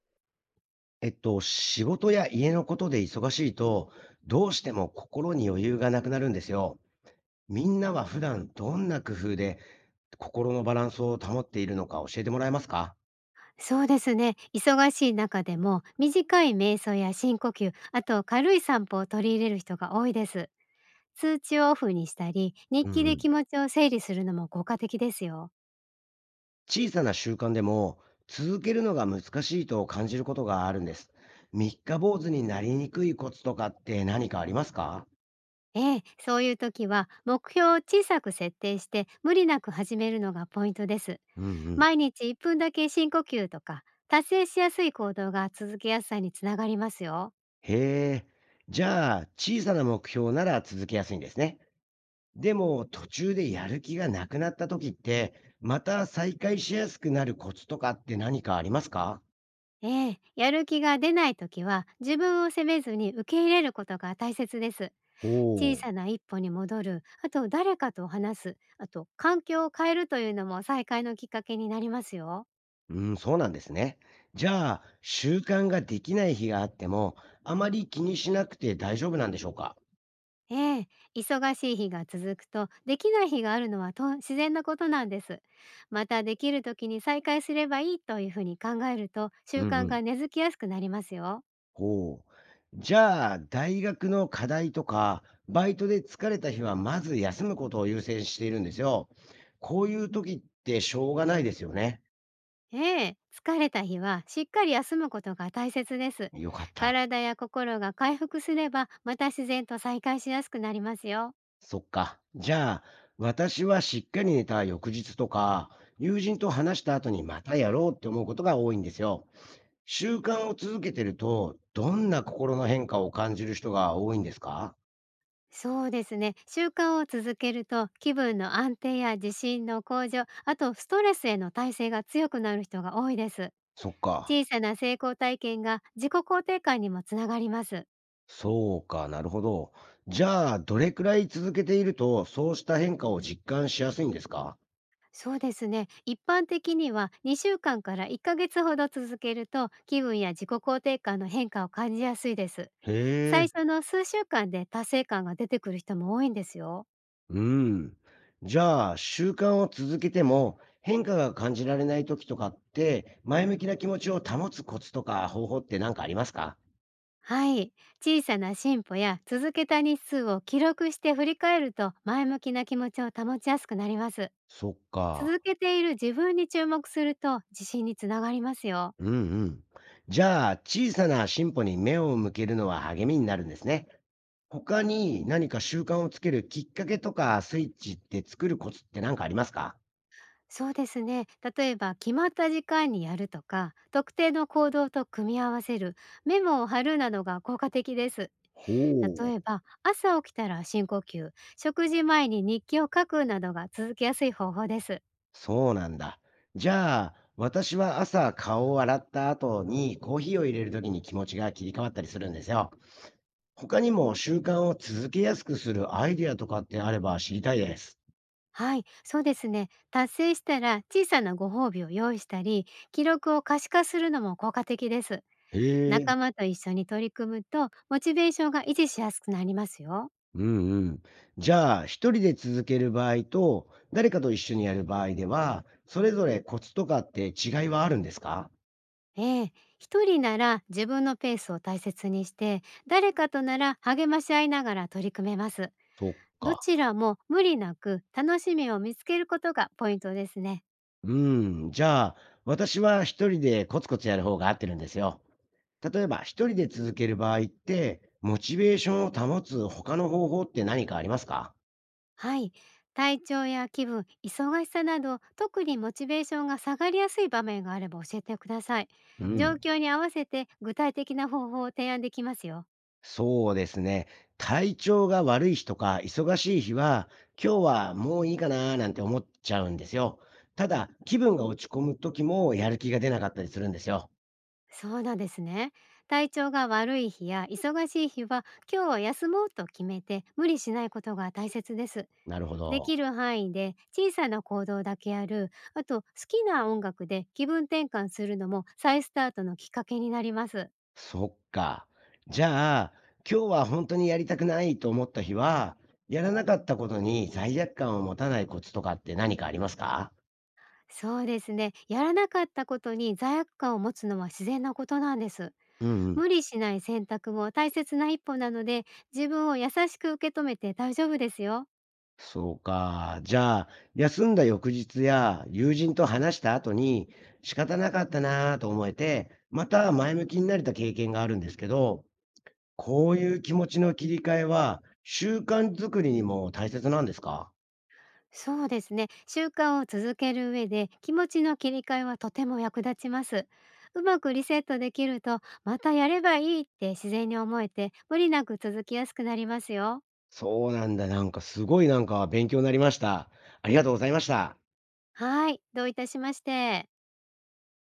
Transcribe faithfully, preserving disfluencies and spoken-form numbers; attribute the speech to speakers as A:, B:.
A: えっと、仕事や家のことで忙しいと、どうしても心に余裕がなくなるんですよ。みんなは普段どんな工夫で心のバランスを保っているのか教えてもらえますか？
B: そうですね。忙しい中でも、短い瞑想や深呼吸、あと軽い散歩を取り入れる人が多いです。通知をオフにしたり、日
A: う
B: 記
A: んう
B: で
A: ん。
B: 気持ちを整理するのも効果的ですよ。
A: 小さな習慣でも続けるのが難しいと感じることがあるんです。三日坊主になりにくいコツとかって何かありますか？
B: ええ、そういう時は目標を小さく設定して無理なく始めるのがポイントです。
A: うんうん。
B: 毎日いっぷんだけ深呼吸とか、達成しやすい行動が続けやすさにつながりますよ。
A: へえ。じゃあ、小さな目標なら続けやすいんですね。でも、途中でやる気がなくなった時って、また再開しやすくなるコツとかって何かありますか？
B: ええ、やる気が出ない時は自分を責めずに受け入れることが大切です。小
A: ほ
B: さ
A: う。
B: な一歩に戻る、あと誰かと話す、あと環境を変えるというのも再開のきっかけになりますよ。
A: うん、そうなんですね。じゃあ、習慣ができない日があっても、あまり気にしなくて大丈夫なんでしょうか？
B: ええ、忙しい日が続くとできない日があるのはと自然なことなんです。またできる時に再開すればいいというふうに考えると習
A: うんう
B: 慣が
A: ん。
B: 根付きやすくなりますよ。
A: ほう。じゃあ、大学の課題とか、バイトで疲れた日はまず休むことを優先しているんですよ。こういう時ってしょうがないですよね。
B: ええ、疲れた日はしっかり休むことが大切です。
A: よかった。
B: 体や心が回復すればまた自然と再開しやすくなりますよ。
A: そっか。じゃあ、私はしっかり寝た翌日とか、友人と話した後にまたやろうって思うことが多いんですよ。習慣を続けてると、どんな心の変化を感じる人が多いんですか？
B: そうですね。習慣を続けると気分の安定や自信の向上、あとストレスへの耐性が強くなる人が多いです。
A: そっか。
B: 小さな成功体験が自己肯定感にもつながります。
A: そうか、なるほど。じゃあ、どれくらい続けていると、そうした変化を実感しやすいんですか？
B: そうですね。一般的にはにしゅうかんかんからいっかげつほど続けると気分や自己肯定感の変化を感じやすいです。
A: へえ。
B: 最初の数週間で達成感が出てくる人も多いんですよ。
A: うん。じゃあ、習慣を続けても変化が感じられない時とかって、前向きな気持ちを保つコツとか方法って何かありますか？
B: はい。小さな進歩や続けた日数を記録して振り返ると前向きな気持ちを保ちやすくなります。
A: そっか。
B: 続けている自分に注目すると自信につながりますよ。
A: うんうん。じゃあ、小さな進歩に目を向けるのは励みになるんですね。他に何か習慣をつけるきっかけとかスイッチって作るコツって何かありますか？
B: そうですね。例えば決まった時間にやるとか、特定の行動と組み合わせる、メモを貼るなどが効果的です。
A: ほ
B: 例
A: う。
B: えば朝起きたら深呼吸、食事前に日記を書くなどが続けやすい方法です。
A: そうなんだ。じゃあ、私は朝顔を洗った後にコーヒーを入れる時に気持ちが切り替わったりするんですよ。他にも習慣を続けやすくするアイデアとかってあれば知りたいです。
B: はい、そうですね。達成したら小さなご褒美を用意したり、記録を可視化するのも効果的です。
A: へえ。
B: 仲間と一緒に取り組むと、モチベーションが維持しやすくなりますよ。
A: うんうん。じゃあ、一人で続ける場合と、誰かと一緒にやる場合では、それぞれコツとかって違いはあるんですか？
B: ええ、一人なら自分のペースを大切にして、誰かとなら励まし合いながら取り組めます。
A: そっ
B: ど
A: か。
B: ちらも無理なく楽しみを見つけることがポイントですね。
A: うん。じゃあ、私は一人でコツコツやる方が合ってるんですよ。例えば、一人で続ける場合って、モチベーションを保つ他の方法って何かありますか？
B: はい。体調や気分、忙しさなど、特にモチベーションが下がりやすい場面があれば教えてください。
A: う
B: 状
A: ん。
B: 況に合わせて具体的な方法を提案できますよ。
A: そうですね。体調が悪い日とか忙しい日は、今日はもういいかなーなんて思っちゃうんですよ。ただ、気分が落ち込む時もやる気が出なかったりするんですよ。
B: そうなんですね。体調が悪い日や忙しい日は、今日は休もうと決めて無理しないことが大切です。
A: なるほ
B: でき
A: ど。
B: る範囲で小さな行動だけやる、あと好きな音楽で気分転換するのも再スタートのきっかけになります。
A: そっか。じゃあ、今日は本当にやりたくないと思った日は、やらなかったことに罪悪感を持たないコツとかって何かありますか？
B: そうですね。やらなかったことに罪悪感を持つのは自然なことなんです。
A: うん。
B: 無理しない選択も大切な一歩なので、自分を優しく受け止めて大丈夫ですよ。
A: そうか。じゃあ、休んだ翌日や友人と話した後に、仕方なかったなぁと思えて、また前向きになれた経験があるんですけど、こういう気持ちの切り替えは、習慣作りにも大切なんですか？
B: そうですね。習慣を続ける上で気持ちの切り替えはとても役立ちます。うまくリセットできると、またやればいいって自然に思えて、無理なく続きやすくなりますよ。
A: そうなんだ。なんかすごいなんか勉強になりました。ありがとうございました。
B: はい。どういたしまして。